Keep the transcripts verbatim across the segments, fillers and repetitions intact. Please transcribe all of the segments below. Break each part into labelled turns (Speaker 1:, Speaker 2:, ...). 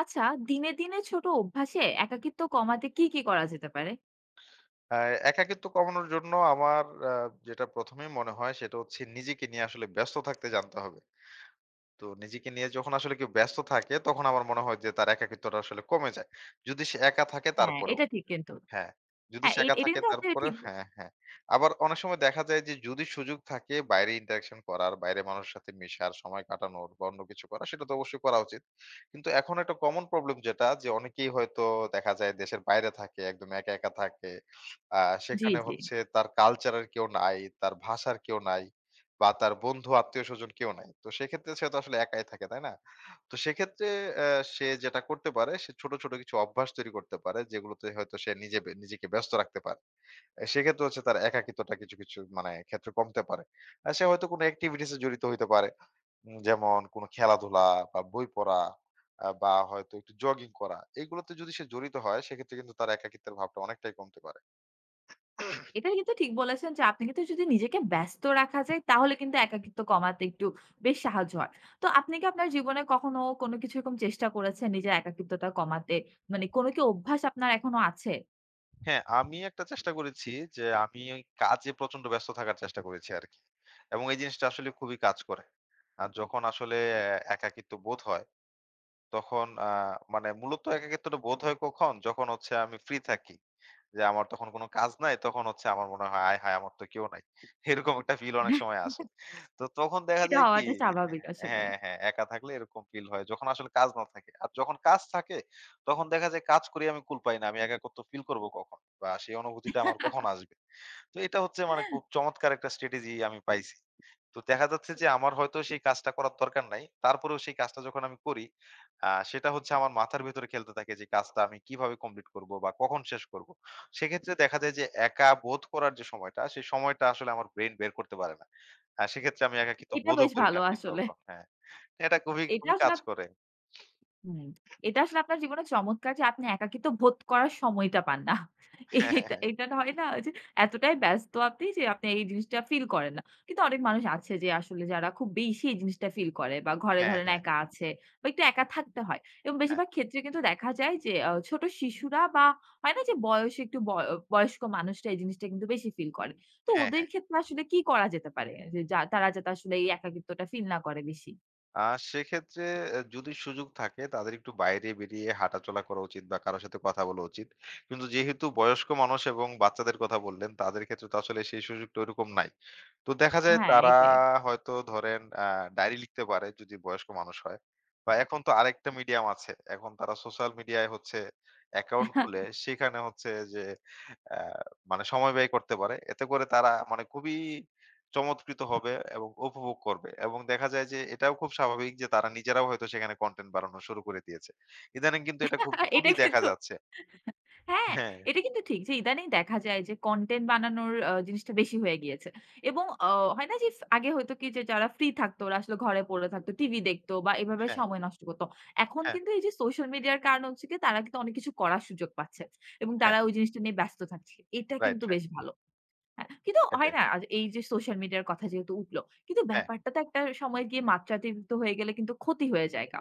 Speaker 1: আচ্ছা, দিনে, দিনে ছোট অভ্যাসে একাকিত্ব কমাতে কি, কি করা যেতে পারে?
Speaker 2: হ্যাঁ, একাকিত্ব কমানোর জন্য আমার আ যেটা ১ম এই মনে হয় সেটা হচ্ছে নিজেকে নিয়ে আসলে ব্যস্ত থাকতে জানতে হবে। তো নিজেকে নিয়ে যখন আসলে কেউ ব্যস্ত থাকে তখন আমার মনে হয় যে তার একাকিত্বটা আসলে কমে যায়। যদি সে একা থাকে
Speaker 1: হ্যাঁ,
Speaker 2: তারপরেও।
Speaker 1: এটা ঠিক কিন্তু।
Speaker 2: হ্যাঁ, যদি
Speaker 1: হ্যাঁ, এ
Speaker 2: শেখা
Speaker 1: এটা
Speaker 2: থাকে
Speaker 1: কিন্তু আপনি
Speaker 2: তারপরেও
Speaker 1: ঠিক ব
Speaker 2: হ্যাঁ, হ্যাঁ। আবার অনেক সময় দেখা যায় যে যদি সুযোগ থাকে বাইরে interaction করার, বাইরে মানুষের সাথে মেশার, সময় কাটানোর বা অন্য কিছু করার সেটা তো অবশ্যই করা উচিত। কিন্তু এখন একটা common problem যেটা যে অনেকেই হয়তো দেখা যায় দেশের বাইরে থাকে, একদম একা, একা থাকে। আ
Speaker 1: জি,
Speaker 2: সেখানে
Speaker 1: জি।
Speaker 2: হচ্ছে তার culture এর কেউ নাই, তার ভাষার কেউ নাই বা তার বন্ধু আত্মীয়স্বজন কেউ নাই। তো সেক্ষেত্রে সে তো আসলে একাই থাকে, তাই না? তো সেক্ষেত্রে আ সে যেটা করতে পারে সে ছোট, ছোট কিছু অভ্যাস তৈরি করতে পারে যেগুলোতে হয়তো সে নিজে বে নিজেকে ব্যস্ত রাখতে পারে। এ সেক্ষেত্রে হচ্ছে তার একাকিত্বটা কিছু, কিছু মানে ক্ষেত্রে কমতে পারে। আ সে হয়তো কোনো এক্টিভিটিস এ জড়িত হইতে পারে। উম যেমন কোনো খেলাধুলা বা বই পড়া আ বা হয়তো একটু জগিং করা। এগুলোতে যদি সে জড়িত হয় সেক্ষেত্রে কিন্তু তার একাকিত্বের ভাবটা অনেকটাই কমতে পারে।
Speaker 1: এটা কিন্তু ঠিক বলেছেন যে আপনি কিন্তু যদি নিজেকে ব্যস্ত রাখা যায় তাহলে কিন্তু একাকিত্ব কমাতে একটু বেশ সাহায্য হয়। তো আপনি কি আপনার জীবনে কখনো কোনো কিছু এরকম চেষ্টা করেছেন নিজের একাকিত্বটা কমাতে? মানে কোনো কি অভ্যাস আপনার এখনো আছে?
Speaker 2: হ্যাঁ, আমি একটা চেষ্টা করেছি যে আমি ওই কাজে প্রচন্ড ব্যস্ত থাকার চেষ্টা করেছি আরকি। এবং এই জিনিসটা আসলে খুবই কাজ করে। আর যখন আসলে অ্যা একাকিত্ব বোধ হয়, তখন আ মানে মূলত একাকিত্বটা বোধ হয় কখন? যখন হচ্ছে আমি ফ্রি থাকি। যে আমার তখন কোনো কাজ নাই। তখন হচ্ছে আমার মনে হয়, "আয় হায়! আমার তো কেউ নাই।" এরকম একটা ফিল অনেক সময় আসে। তো তখন দেখা
Speaker 1: এটা
Speaker 2: যায় কি
Speaker 1: হওয়াটা স্বাভাবিক আসলে।
Speaker 2: হ্যাঁ, হ্যাঁ, একা থাকলে এরকম ফিল হয়। যখন আসলে কাজ না থাকে। আর যখন কাজ থাকে তখন দেখা যায় কাজ করে আমি কুল পাই না। আমি একাকিত্ব ফিল করব কখন? বা সেই অনুভূতিটা আমার কখন আসবে? তো এটা হচ্ছে মানে খুব চমৎকার একটা স্ট্র্যাটেজি আমি পাইছি। তো দেখা যাচ্ছে যে আমার হয়তো সেই কাজটা করার দরকার নাই। তারপরেও সেই কাজটা যখন আমি করি, আ সেটা হচ্ছে আমার মাথার ভেতরে খেলতে থাকে যে কাজটা আমি কিভাবে কমপ্লিট করব বা কখন শেষ করব? সেক্ষেত্রে দেখা যায় যে একা বোধ করার যে সময়টা, সেই সময়টা আসলে আমার ব্রেইন বের করতে পারে না। আ সেক্ষেত্রে আমি একাকিত্ব
Speaker 1: এটা
Speaker 2: বোধও
Speaker 1: বেশ
Speaker 2: করি না
Speaker 1: ভালো
Speaker 2: আরকি
Speaker 1: আসলে।
Speaker 2: তখন। হ্যাঁ। এটা খুবই,
Speaker 1: এটা
Speaker 2: খুবই
Speaker 1: আসলে
Speaker 2: কাজ করে।
Speaker 1: হুম। এটা আসলে আপনার জীবনে চমৎকার যে আপনি একাকিত্ব বোধ করার সময়টা পান না।
Speaker 2: হ্যাঁ, হ্যাঁ,
Speaker 1: এটা
Speaker 2: হ্যাঁ।
Speaker 1: এটা না হয় না যে এতটাই ব্যস্ত আপনি যে আপনি এই জিনিসটা ফিল করেন না। কিন্তু অনেক মানুষ আছে যে আসলে যারা খুব বেশি এই জিনিসটা ফিল করে বা ঘরে
Speaker 2: হ্যাঁ,
Speaker 1: ধরেন
Speaker 2: হ্যাঁ, হ্যাঁ।
Speaker 1: একা আছে বা একটু একা থাকতে হয়। এবং
Speaker 2: হ্যাঁ,
Speaker 1: বেশিরভাগ ক্ষেত্রে কিন্তু দেখা যায় যে আ ছোট শিশুরা বা হয় না যে বয়সে একটু বয় বয়স্ক মানুষরা এই জিনিসটা কিন্তু বেশি ফিল করে। তো
Speaker 2: হ্যাঁ।
Speaker 1: ওদের ক্ষেত্রে আসলে কি করা যেতে পারে? যে যা তারা যাতে আসলে এই একাকিত্বটা ফিল না করে বেশি?
Speaker 2: আ সেক্ষেত্রে অ্যা যদি সুযোগ থাকে তাদের একটু বাইরে বেরিয়ে হাঁটাচলা করা উচিত বা কারো সাথে কথা বলা উচিত। কিন্তু যেহেতু বয়স্ক মানুষ এবং বাচ্চাদের কথা বললেন, তাদের ক্ষেত্রে তো আসলে সেই সুযোগটা ওইরকম নাই। তো দেখা যায়
Speaker 1: হ্যাঁ,
Speaker 2: তারা
Speaker 1: এটাই।
Speaker 2: হয়তো ধরেন আ ডায়েরি লিখতে পারে যদি বয়স্ক মানুষ হয়। বা এখন তো আরেকটা মিডিয়াম আছে। এখন তারা সোশ্যাল মিডিয়ায় হচ্ছে অ্যাকাউন্ট খুলে সেখানে হচ্ছে যে অ্যা মানে সময় ব্যয় করতে পারে। এতে করে তারা মানে খুবই চমৎকৃত হবে এবং উপভোগ করবে এবং দেখা যায় যে এটাও খুব স্বাভাবিক যে তারা নিজেরাও হয়তো সেখানে কনটেন্ট বানানো শুরু করে দিয়েছে। ইদানিং কিন্তু এটা খুব
Speaker 1: আ এটা
Speaker 2: খুবই দেখা
Speaker 1: কিন্তু
Speaker 2: যাচ্ছে।
Speaker 1: হ্যাঁ,
Speaker 2: হ্যাঁ,
Speaker 1: এটা কিন্তু ঠিক যে ইদানিং দেখা যায় যে কনটেন্ট বানানোর আ জিনিসটা বেশি হয়ে গিয়েছে। এবং আ হয় না যে আগে হয়তো কি যে যারা ফ্রি থাকতো ওরা আসলে ঘরে পড়ে থাকতো, টিভি দেখতো বা এভাবে
Speaker 2: হ্যাঁ,
Speaker 1: সময় নষ্ট করত। এখন
Speaker 2: হ্যাঁ,
Speaker 1: কিন্তু এই যে সোশ্যাল মিডিয়ার কারণে হচ্ছে গিয়ে তারা কিন্তু অনেক কিছু করার সুযোগ পাচ্ছে। এবং
Speaker 2: হ্যাঁ।
Speaker 1: তারা ওই জিনিসটা নিয়ে ব্যস্ত থাকছে। এটা
Speaker 2: রাইট,
Speaker 1: কিন্তু
Speaker 2: রাইট।
Speaker 1: বেশ ভালো। হ্যাঁ, কিন্তু হয়
Speaker 2: এটাই।
Speaker 1: না? আর এই যে সোশ্যাল মিডিয়ার কথা যেহেতু উঠলো। কিন্তু
Speaker 2: হ্যাঁ,
Speaker 1: ব্যাপারটা তো একটা সময় গিয়ে মাত্রাতিরিক্ত হয়ে গেলে কিন্তু ক্ষতি হয়ে যায়গা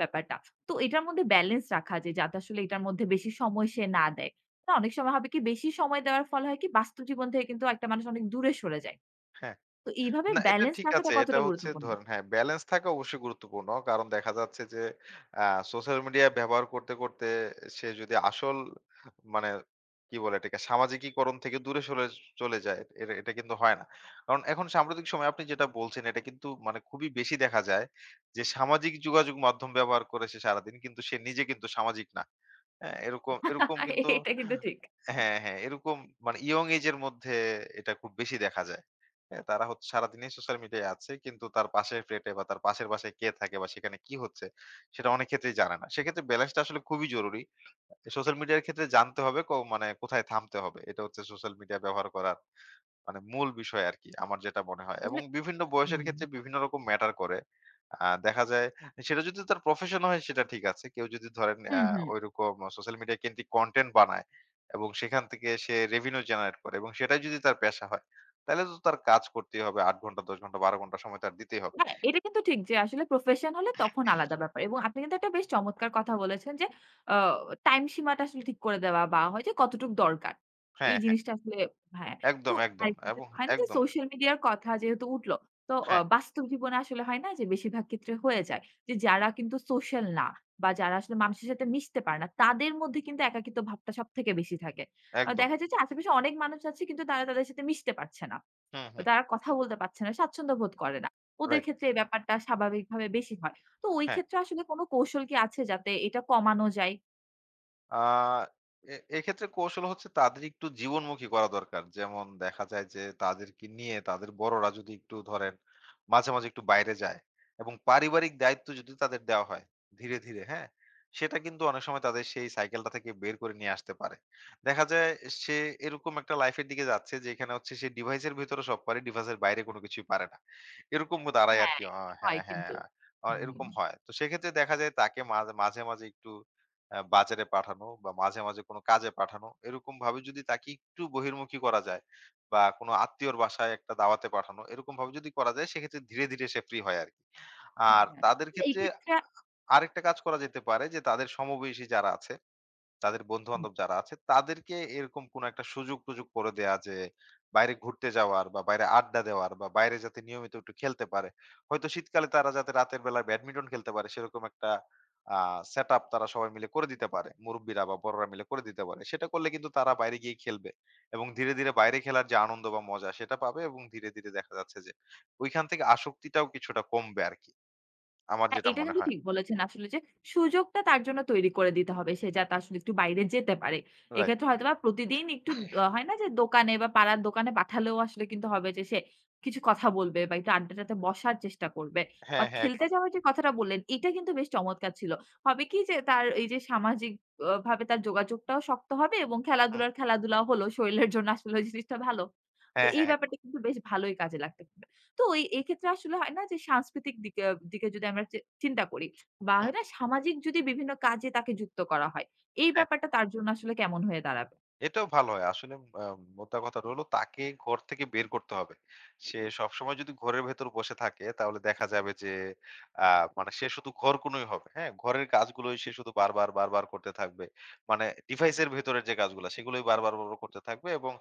Speaker 1: ব্যাপারটা। তো এটার মধ্যে ব্যালেন্স রাখা যে যাতে আসলে এটার মধ্যে বেশি সময় সে না দেয়। না অনেক সময় হবে কি বেশি সময় দেওয়ার ফলে হয় কি বাস্তব জীবন থেকে কিন্তু একটা মানুষ অনেক দূরে সরে যায়।
Speaker 2: হ্যাঁ।
Speaker 1: তো এইভাবে
Speaker 2: না এটা
Speaker 1: ব্যালেন্স
Speaker 2: ঠিক
Speaker 1: রাখাটা
Speaker 2: আছে। এটা
Speaker 1: কতটা
Speaker 2: হচ্ছে
Speaker 1: গুরুত্বপূর্ণ?
Speaker 2: ধরেন হ্যাঁ, ব্যালেন্স থাকা অবশ্যই গুরুত্বপূর্ণ। কারণ দেখা যাচ্ছে যে আ সোশ্যাল মিডিয়া ব্যবহার করতে, করতে সে যদি আসল মানে কি বলে এটাকে সামাজিকীকরণ থেকে দূরে সরে চলে যায়, এটা এটা কিন্তু হয় না। কারণ এখন সাম্প্রতিক সময়ে আপনি যেটা বলছেন এটা কিন্তু মানে খুবই বেশি দেখা যায় যে সামাজিক যোগাযোগ মাধ্যম ব্যবহার করে সে সারাদিন কিন্তু সে নিজে কিন্তু সামাজিক না। হ্যাঁ, এরকম, এরকম কিন্তু
Speaker 1: এটা কিন্তু ঠিক।
Speaker 2: হ্যাঁ, হ্যাঁ, এরকম মানে ইয়ং এজ এর মধ্যে এটা খুব বেশি দেখা যায়। হ্যাঁ, তারা হচ্ছে সারাদিনই সোশ্যাল মিডিয়ায় আছে কিন্তু তার পাশের ফ্ল্যাটে বা তার পাশের বাসায় কে থাকে বা সেখানে কি হচ্ছে সেটা অনেক ক্ষেত্রেই জানে না। সেক্ষেত্রে ব্যালেন্সটা আসলে খুবই জরুরি। সোশ্যাল মিডিয়ার ক্ষেত্রে জানতে হবে ক মানে কোথায় থামতে হবে। এটা হচ্ছে সোশ্যাল মিডিয়া ব্যবহার করার মানে মূল বিষয় আরকি আমার যেটা মনে হয়। এবং
Speaker 1: আসলে
Speaker 2: বিভিন্ন বয়সের
Speaker 1: হুম,
Speaker 2: ক্ষেত্রে বিভিন্ন রকম ম্যাটার করে। আ দেখা যায় সেটা যদি তার প্রফেশন হয় সেটা ঠিক আছে। কেউ যদি ধরেন আ
Speaker 1: হুম, হুম।
Speaker 2: ঐরকম সোশ্যাল মিডিয়া কেন্দ্রিক কনটেন্ট বানায় এবং সেখান থেকে সে রেভিনিউ জেনারেট করে এবং সেটাই যদি তার পেশা হয়, তাহলে তো তার কাজ করতেই হবে। আট ঘন্টা, দশ ঘন্টা, বারো ঘন্টা সময় তার দিতেই হবে।
Speaker 1: হ্যাঁ, এটা কিন্তু ঠিক যে আসলে প্রফেশন হলে তখন আলাদা ব্যাপার। এবং আপনি কিন্তু একটা বেশ চমৎকার কথা বলেছেন যে আ টাইম সীমাটা আসলে ঠিক করে দেওয়া বা হয় যে কতটুক দরকার।
Speaker 2: হ্যাঁ,
Speaker 1: এই
Speaker 2: হ্যাঁ।
Speaker 1: জিনিসটা আসলে হ্যাঁ। তো
Speaker 2: একদম, একদম
Speaker 1: আরেকটা যে
Speaker 2: এবং
Speaker 1: হয় না যে
Speaker 2: একদম।
Speaker 1: সোশ্যাল মিডিয়ার কথা যেহেতু উঠল, তো অ
Speaker 2: হ্যাঁ,
Speaker 1: বাস্তব জীবনে আসলে হয় না যে বেশিরভাগ ক্ষেত্রে হয়ে যায় যে যারা কিন্তু সোশ্যাল না বা যারা আসলে মানুষের সাথে মিশতে পারে না, তাদের মধ্যে কিন্তু একাকিত্ব ভাবটা সবথেকে বেশি থাকে। আ
Speaker 2: একদম।
Speaker 1: দেখা যায় যে আশেপাশে অনেক মানুষ আছে কিন্তু তারা তাদের সাথে মিশতে পারছে না।
Speaker 2: হুম, হুম।
Speaker 1: তারা কথা বলতে পারছে না, স্বাচ্ছন্দ্য বোধ করে না। ওদের
Speaker 2: রাইট।
Speaker 1: ক্ষেত্রে এই ব্যাপারটা স্বাভাবিকভাবে বেশি হয়। তো ওই
Speaker 2: হ্যাঁ।
Speaker 1: ক্ষেত্রে আসলে কোনো কৌশল কি আছে যাতে এটা কমানো যায়?
Speaker 2: আ এ এক্ষেত্রে কৌশল হচ্ছে তাদের একটু জীবনমুখী করা দরকার। যেমন দেখা যায় যে তাদেরকে নিয়ে তাদের বড়রা যদি একটু ধরেন মাঝে, মাঝে একটু বাইরে যায় এবং পারিবারিক দায়িত্ব যদি তাদের দেওয়া হয় ধীরে, ধীরে, হ্যাঁ? সেটা কিন্তু অনেক সময় তাদের সেই সাইকেলটা থেকে বের করে নিয়ে আসতে পারে। দেখা যায় সে এরকম একটা লাইফের দিকে যাচ্ছে যেখানে হচ্ছে সে ডিভাইসের ভেতরে সব পারে, ডিভাইসের বাইরে কোনো কিছুই পারে না। এরকম দাঁড়ায়
Speaker 1: হ্যাঁ,
Speaker 2: আরকি। অ
Speaker 1: এটা হয়
Speaker 2: হ্যাঁ, হ্যাঁ।
Speaker 1: কিন্তু।
Speaker 2: আ
Speaker 1: হুম।
Speaker 2: এরকম হয়। তো সেক্ষেত্রে দেখা যায় তাকে মাঝে, মাঝে, মাঝে একটু অ্যা বাজারে পাঠানো বা মাঝে, মাঝে কোনো কাজে পাঠানো। এরকমভাবে যদি তাকে একটু বহির্মুখী করা যায় বা কোনো আত্মীয়র বাসায় একটা দাওয়াতে পাঠানো, এরকমভাবে যদি করা যায় সেক্ষেত্রে ধীরে, ধীরে সে ফ্রি হয় আরকি। আর
Speaker 1: হ্যাঁ,
Speaker 2: তাদের
Speaker 1: এই
Speaker 2: ক্ষেত্রে
Speaker 1: ক্ষেত্রে
Speaker 2: আরেকটা কাজ করা যেতে পারে যে তাদের সমবয়সী যারা আছে তাদের বন্ধু-বান্ধব যারা আছে তাদেরকে এরকম কোনো একটা সুযোগ-টুযোগ করে দেয়া যে, বাইরে ঘুরতে যাওয়ার বা বাইরে আড্ডা দেওয়ার বা বাইরে যাতে নিয়মিত একটু খেলতে পারে। হয়তো শীতকালে তারা যাতে রাতের বেলা ব্যাডমিন্টন খেলতে পারে সেরকম একটা আ সেটআপ তারা সবাই মিলে করে দিতে পারে। মুরুব্বিরা বা বড়রা মিলে করে দিতে পারে। সেটা করলে কিন্তু তারা বাইরে গিয়ে খেলবে এবং ধীরে, ধীরে বাইরে খেলার যে আনন্দ বা মজা সেটা পাবে এবং ধীরে, ধীরে দেখা যাচ্ছে যে ওইখান থেকে আসক্তিটাও কিছুটা কমবে আরকি। আমার
Speaker 1: হ্যাঁ,
Speaker 2: যেটা
Speaker 1: এটা
Speaker 2: মনে
Speaker 1: কিন্তু
Speaker 2: হয়।
Speaker 1: ঠিক বলেছেন আসলে যে সুযোগটা তার জন্য তৈরি করে দিতে হবে। সে যাতে আসলে একটু বাইরে যেতে পারে।
Speaker 2: রাইট।
Speaker 1: এক্ষেত্রে হয়তোবা প্রতিদিন একটু আ হয় না যে দোকানে বা পাড়ার দোকানে পাঠালেও আসলে কিন্তু হবে যে সে কিছু কথা বলবে বা একটু আড্ডাটাতে বসার চেষ্টা করবে। বা
Speaker 2: হ্যাঁ, হ্যাঁ
Speaker 1: খেলতে
Speaker 2: একদম।
Speaker 1: যাওয়ার যে কথাটা বললেন, এটা কিন্তু বেশ চমৎকার ছিল। হবে কি যে তার এই যে সামাজিক অ ভাবে তার যোগাযোগটাও শক্ত হবে এবং
Speaker 2: হুম।
Speaker 1: খেলাধুলার খেলাধুলা হলো। শরীরের জন্য আসলে ওই জিনিসটা ভালো। তো
Speaker 2: হ্যাঁ,
Speaker 1: এই
Speaker 2: হ্যাঁ একদম।
Speaker 1: ব্যাপারটা কিন্তু বেশ ভালোই কাজে লাগতে পারে। তো এই এক্ষেত্রে আসলে হয় না যে সাংস্কৃতিক দিকে দিকে যদি আমরা চে চিন্তা করি বা
Speaker 2: হুম,
Speaker 1: হয় না সামাজিক যদি বিভিন্ন কাজে তাকে যুক্ত করা হয়, এই
Speaker 2: হ্যাঁ।
Speaker 1: ব্যাপারটা তার জন্য আসলে কেমন হয়ে দাঁড়াবে?
Speaker 2: এটাও ভালো হয়। আসলে আ মোদ্দা কথাটা হলো তাকে ঘর থেকে বের করতে হবে। সে সবসময় যদি ঘরের ভেতর বসে থাকে তাহলে দেখা যাবে যে আ মানে সে শুধু ঘরকুনোই হবে। হ্যাঁ? ঘরের কাজগুলোই সে শুধু বারবার, বারবার করতে থাকবে। মানে ডিভাইসের ভেতরের যে কাজগুলা সেগুলোই বারবার, বারবার করতে থাকবে এবং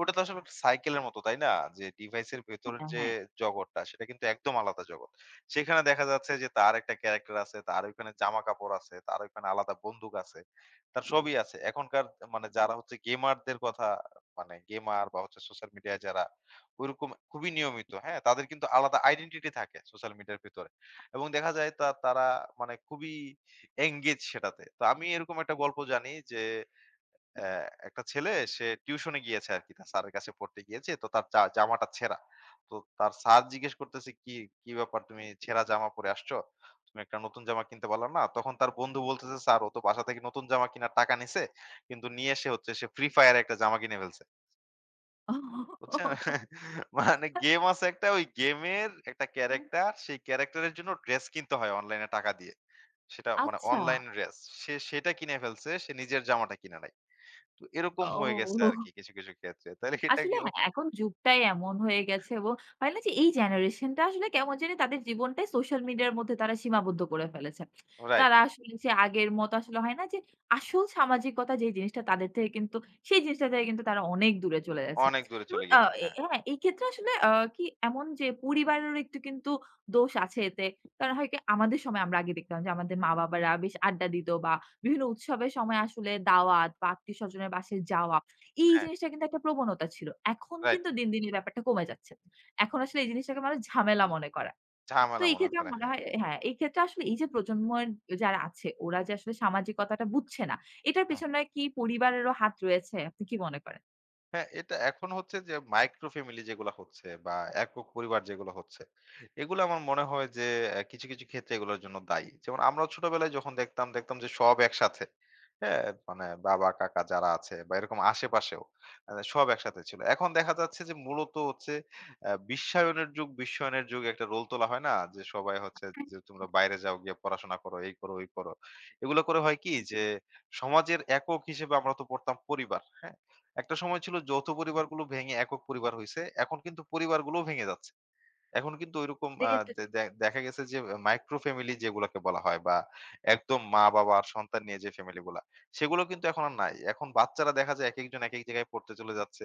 Speaker 2: ওটা তো আসলে একটা সাইকেলের মতো, তাই না? যে ডিভাইসের ভেতরের
Speaker 1: হ্যাঁ,
Speaker 2: যে
Speaker 1: হ্যাঁ।
Speaker 2: জগৎটা সেটা কিন্তু একদম আলাদা জগৎ। সেখানে দেখা যাচ্ছে যে তার একটা ক্যারাক্টার আছে, তার ওইখানে জামাকাপড় আছে, তার ওইখানে আলাদা বন্দুক আছে। তার সবই আছে। এখনকার মানে যারা হচ্ছে গেমারদের কথা মানে গেমার বা হচ্ছে সোশ্যাল মিডিয়ায় যারা ওইরকম খুবই নিয়মিত, হ্যাঁ? তাদের কিন্তু আলাদা আইডেন্টিটি থাকে সোশ্যাল মিডিয়ার ভেতরে। এবং দেখা যায় তা তারা মানে খুবই engage সেটাতে। তো আমি এরকম একটা গল্প জানি যে অ্যা একটা ছেলে সে টিউশনে গিয়েছে আরকি তার স্যারের কাছে পড়তে গিয়েছে। তো তার জা জামাটা ছেঁড়া। তো তার স্যার জিজ্ঞেস করতেছে, "কি কি ব্যাপার তুমি ছেঁড়া জামা পরে আসছো? তুমি একটা নতুন জামা কিনতে পারলা না?" তখন তার বন্ধু বলতেছে, "স্যার ও তো বাসা থেকে নতুন জামা কিনার টাকা নিছে। কিন্তু নিয়ে এসে হচ্ছে সে ফ্রি ফায়ারে একটা জামা কিনে ফেলছে।" বুঝছেন? মানে গেম আছে একটা ওই গেমের একটা ক্যারাক্টার, সেই ক্যারাক্টারের জন্য ড্রেস কিনতে হয় অনলাইনে টাকা দিয়ে। সেটা মানে
Speaker 1: আচ্ছা।
Speaker 2: Online dress. সে সেটা কিনে ফেলছে, সে নিজের জামাটা কিনে নাই। তো এরকম হয়ে গেছে
Speaker 1: ও।
Speaker 2: আরকি কিছু, কিছু ক্ষেত্রে। তাহলে এটা কি
Speaker 1: আসলে হ্যাঁ, এখন যুগটাই এমন হয়ে গেছে এবং হয় না যে এই জেনারেশনটা আসলে কেমন জানি তাদের জীবনটাই সোশ্যাল মিডিয়ার মধ্যে তারা সীমাবদ্ধ করে ফেলেছে।
Speaker 2: রাইট
Speaker 1: তারা আসলে যে আগের মতো আসলে হয় না যে আসল সামাজিকতা যে জিনিসটা তাদের থেকে কিন্তু সেই জিনিসটা থেকে কিন্তু তারা অনেক দূরে চলে যাচ্ছে।
Speaker 2: অনেক দূরে
Speaker 1: এবং
Speaker 2: চলে
Speaker 1: আ
Speaker 2: গেছে।
Speaker 1: এ
Speaker 2: হ্যাঁ,
Speaker 1: হ্যাঁ, এই ক্ষেত্রে আসলে আ কি এমন যে পরিবারেরও একটু কিন্তু দোষ আছে এতে। কারণ হয় কি আমাদের সময় আমরা আগে দেখতাম যে আমাদের মা-বাবারা বেশ আড্ডা দিত বা বিভিন্ন উৎসবের সময় আসলে দাওয়াত বা আত্মীয়স্বজনের বাসায় যাওয়া এই
Speaker 2: হ্যাঁ,
Speaker 1: জিনিসটা কিন্তু একটা প্রবণতা ছিল। এখন
Speaker 2: রাইট
Speaker 1: কিন্তু দিন, দিন এই ব্যাপারটা কমে যাচ্ছে। এখন আসলে এই জিনিসটাকে মানুষ ঝামেলা মনে করে। তো
Speaker 2: ঝামেলা
Speaker 1: এই
Speaker 2: মনে
Speaker 1: ক্ষেত্রে আমার
Speaker 2: করে।
Speaker 1: মনে
Speaker 2: হ্যাঁ,
Speaker 1: হয় হ্যাঁ, এই ক্ষেত্রে আসলে এই যে প্রজন্মের যারা আছে ওরা যে আসলে সামাজিকতাটা বুঝছে না, এটার
Speaker 2: হুম।
Speaker 1: পেছনে কি পরিবারেরও হাত রয়েছে? আপনি কি মনে করেন?
Speaker 2: হ্যাঁ, এটা এখন হচ্ছে যে মাইক্রো ফ্যামিলি যেগুলা হচ্ছে বা একক পরিবার যেগুলো হচ্ছে, এগুলো আমার মনে হয় যে অ্যা কিছু, কিছু ক্ষেত্রে এগুলোর জন্য দায়ী। যেমন আমরাও ছোটবেলায় যখন দেখতাম, দেখতাম যে সব একসাথে। হ্যাঁ? মানে বাবা, কাকা যারা আছে বা এরকম আশেপাশেও আ সব একসাথে ছিল। এখন দেখা যাচ্ছে যে মূলত হচ্ছে অ্যা বিশ্বায়নের যুগ, বিশ্বায়নের যুগে একটা রোল তোলা হয় না? যে সবাই হচ্ছে যে তোমরা বাইরে যাও গিয়ে পড়াশোনা করো, এই করো, ওই করো। এগুলো করে হয় কি যে সমাজের একক হিসেবে আমরা তো পড়তাম পরিবার। হ্যাঁ? একটা সময় ছিল যৌথ পরিবারগুলো ভেঙে একক পরিবার হইছে। এখন কিন্তু পরিবারগুলোও ভেঙে যাচ্ছে। এখন কিন্তু ঐরকম
Speaker 1: এটা
Speaker 2: আ
Speaker 1: কিন্তু
Speaker 2: দে
Speaker 1: ঠিক।
Speaker 2: দে দেখা গেছে যে মাইক্রো ফ্যামিলি যেগুলাকে বলা হয় বা একদম মা-বাবা আর সন্তান নিয়ে যে ফ্যামিলিগুলা, সেগুলো কিন্তু এখন আর নাই। এখন বাচ্চারা দেখা যায় একেকজন একেক জায়গায় পড়তে চলে যাচ্ছে।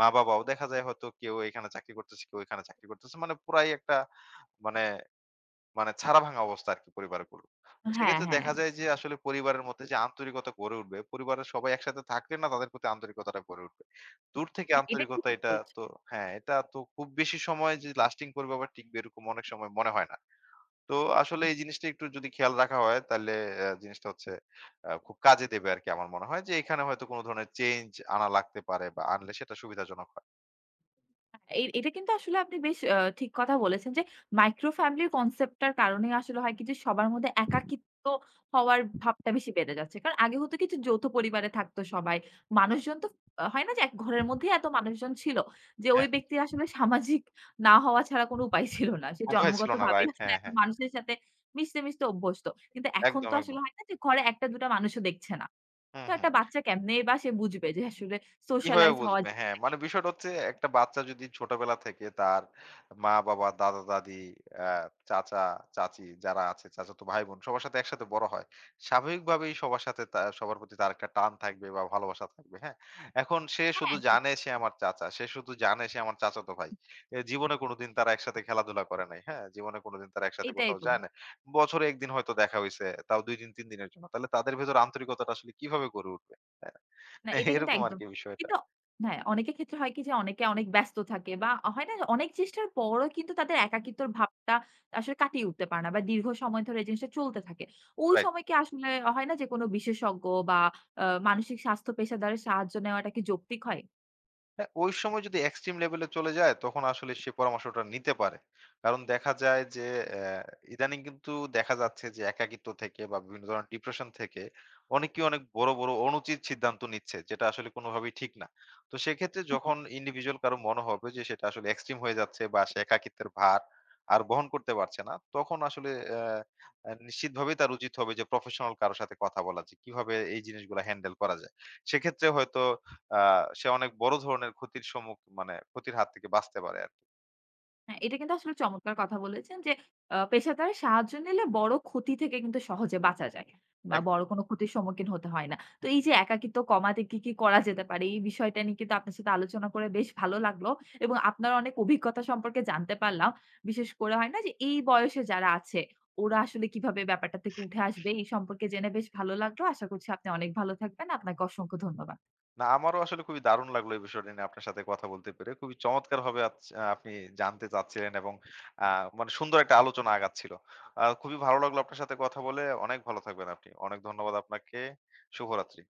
Speaker 2: মা-বাবাও দেখা যায় হয়তো কেউ এখানে চাকরি করতেছে, কেউ এখানে চাকরি করতেছে। মানে পুরাই একটা মানে মানে ছাড়া-ভাঙা অবস্থা আরকি পরিবারগুলো। তো
Speaker 1: হ্যাঁ,
Speaker 2: সেক্ষেত্রে
Speaker 1: হ্যাঁ।
Speaker 2: দেখা যায় যে আসলে পরিবারের মধ্যে যে আন্তরিকতা গড়ে উঠবে, পরিবারের সবাই একসাথে থাকলে না তাদের প্রতি আন্তরিকতাটা গড়ে উঠবে। দূর থেকে
Speaker 1: হ্যাঁ, এটা কিন্তু
Speaker 2: আন্তরিকতা
Speaker 1: ঠিক
Speaker 2: এটা
Speaker 1: বলেছেন।
Speaker 2: তো হ্যাঁ, এটা তো খুব বেশি সময় যে লাস্টিং করবে বা টিকবে এরকম অনেক সময় মনে হয় না। তো আসলে এই জিনিসটা একটু যদি খেয়াল রাখা হয় তাহলে অ্যা জিনিসটা হচ্ছে আ খুব কাজে দেবে আরকি আমার মনে হয় যে এখানে হয়তো কোন ধরনের চেঞ্জ আনা লাগতে পারে বা আনলে সেটা সুবিধাজনক হয়।
Speaker 1: এ এটা কিন্তু আসলে আপনি বেশ আ ঠিক কথা বলেছেন যে মাইক্রো ফ্যামিলির কনসেপ্টটার কারণে আসলে হয় কি যে সবার মধ্যে একাকিত্ব হওয়ার ভাবটা বেশি বেড়ে যাচ্ছে। কারণ আগে হতো কিছু যৌথ পরিবারে থাকতো সবাই।
Speaker 2: হুম,
Speaker 1: মানুষজন তো আ হয় না যে এক ঘরের মধ্যেই এত মানুষজন ছিল যে ওই
Speaker 2: হ্যাঁ,
Speaker 1: ব্যক্তির আসলে সামাজিক না হওয়া ছাড়া কোনো উপায় ছিল না। সে
Speaker 2: উপায় ছিল না
Speaker 1: জন্মগতভাবেই
Speaker 2: রাইট
Speaker 1: আসলে
Speaker 2: হ্যাঁ,
Speaker 1: এত
Speaker 2: হ্যাঁ।
Speaker 1: মানুষের সাথে মিশতে, মিশতে অভ্যস্ত। কিন্তু এখন
Speaker 2: একদম,
Speaker 1: তো
Speaker 2: একদম।
Speaker 1: আসলে হয় না যে ঘরে এক টা দুই টা মানুষও দেখছে না।
Speaker 2: হুম,
Speaker 1: তো
Speaker 2: হুম।
Speaker 1: একটা বাচ্চা কেমনেই বা সে বুঝবে যে আসলে
Speaker 2: কিভাবে
Speaker 1: সোশ্যালাইজ হওয়া
Speaker 2: বুঝবে? হ্যাঁ,
Speaker 1: জিনিসটা কি?
Speaker 2: মানে বিষয়টা হচ্ছে একটা বাচ্চা যদি ছোটবেলা থেকে তার মা-বাবা, দাদা-দাদি, আ চাচা, চাচী যারা আছে, চাচাতো ভাই-বোন সবার সাথে একসাথে বড় হয়। স্বাভাবিকভাবেই সবার সাথে তা সবার প্রতি তার একটা টান থাকবে বা ভালোবাসা থাকবে, হ্যাঁ? এখন সে শুধু
Speaker 1: হ্যাঁ,
Speaker 2: জানে সে আমার চাচা, সে শুধু জানে সে আমার চাচাতো ভাই। এ জীবনে কোনোদিন তারা একসাথে খেলাধুলা করে নাই, হ্যাঁ? জীবনে কোনোদিন তারা একসাথে
Speaker 1: এটাই
Speaker 2: কোথাও
Speaker 1: তো।
Speaker 2: যায় নাই। বছরে এক দিন হয়তো দেখা হইছে, তাও দুই দিন তিন দিনের জন্য। তাহলে তাদের ভেতর আন্তরিকতাটা আসলে কিভাবে গড়ে উঠবে? তাই না?
Speaker 1: না, এটা কিন্তু
Speaker 2: এরকম
Speaker 1: একদম।
Speaker 2: আরকি বিষয়টা।
Speaker 1: কিন্তু হ্যাঁ, অনেকের ক্ষেত্রে হয় কি যে অনেকে অনেক ব্যস্ত থাকে বা হয় না যে অনেক চেষ্টার পরও কিন্তু তাদের একাকিত্বর ভাবটা আসলে কাটিয়ে উঠতে পারে না বা দীর্ঘ সময় ধরে এই জিনিসটা চলতে থাকে। ওই
Speaker 2: রাইট।
Speaker 1: সময় কি আসলে হয় না যে কোনো বিশেষজ্ঞ বা আ মানসিক স্বাস্থ্য পেশাদারের সাহায্য নেওয়াটা কি যৌক্তিক হয়?
Speaker 2: হ্যাঁ, ওই সময় যদি এক্সট্রিম লেভেলে চলে যায় তখন আসলে সে পরামর্শটা নিতে পারে। কারণ দেখা যায় যে অ্যা ইদানিং কিন্তু দেখা যাচ্ছে যে একাকিত্ব থেকে বা বিভিন্ন ধরনের ডিপ্রেশন থেকে অনেকেই অনেক বড়, বড় অনুচিত সিদ্ধান্ত নিচ্ছে যেটা আসলে কোনোভাবেই ঠিক না। তো সেক্ষেত্রে যখন ইন্ডিভিজুয়াল কারো মনে হবে যে সেটা আসলে এক্সট্রিম হয়ে যাচ্ছে বা সে একাকিত্বের ভার আর বহন করতে পারছে না, তখন আসলে অ্যা অ্যা নিশ্চিতভাবেই তার উচিত হবে যে প্রফেশনাল কারো সাথে কথা বলা যে কিভাবে এই জিনিসগুলা হ্যান্ডেল করা যায়। সেক্ষেত্রে হয়তো আ সে অনেক বড় ধরনের ক্ষতির সম্মুখ মানে ক্ষতির হাত থেকে বাঁচতে পারে আরকি।
Speaker 1: হ্যাঁ, এটা কিন্তু আসলে চমৎকার কথা বলেছেন যে আ পেশাদার সাহায্য নিলে বড় ক্ষতি থেকে কিন্তু সহজে বাঁচা যায়। বা
Speaker 2: একদম।
Speaker 1: বড় কোনো ক্ষতির সম্মুখীন হতে হয় না। তো এই যে একাকিত্ব কমাতে কি, কি করা যেতে পারে? এই বিষয়টা নিয়ে কিন্তু আপনার সাথে আলোচনা করে বেশ ভালো লাগলো এবং আপনার অনেক অভিজ্ঞতা সম্পর্কে জানতে পারলাম। বিশেষ করে হয় না যে এই বয়সে যারা আছে ওরা আসলে কিভাবে ব্যাপারটা থেকে উঠে আসবে এই সম্পর্কে জেনে বেশ ভালো লাগলো। আশা করছি আপনি অনেক ভালো থাকবেন। আপনাকে অসংখ্য ধন্যবাদ।
Speaker 2: না আমারও আসলে খুবই দারুণ লাগলো এই বিষয়টা নিয়ে আপনার সাথে কথা বলতে পেরে। খুবই চমৎকারভাবে আচ আপনি জানতে চাচ্ছিলেন এবং আ মানে সুন্দর একটা আলোচনা আগাচ্ছিল। আ খুবই ভালো লাগলো আপনার সাথে কথা বলে। অনেক ভালো থাকবেন আপনি। অনেক ধন্যবাদ আপনাকে। শুভরাত্রি।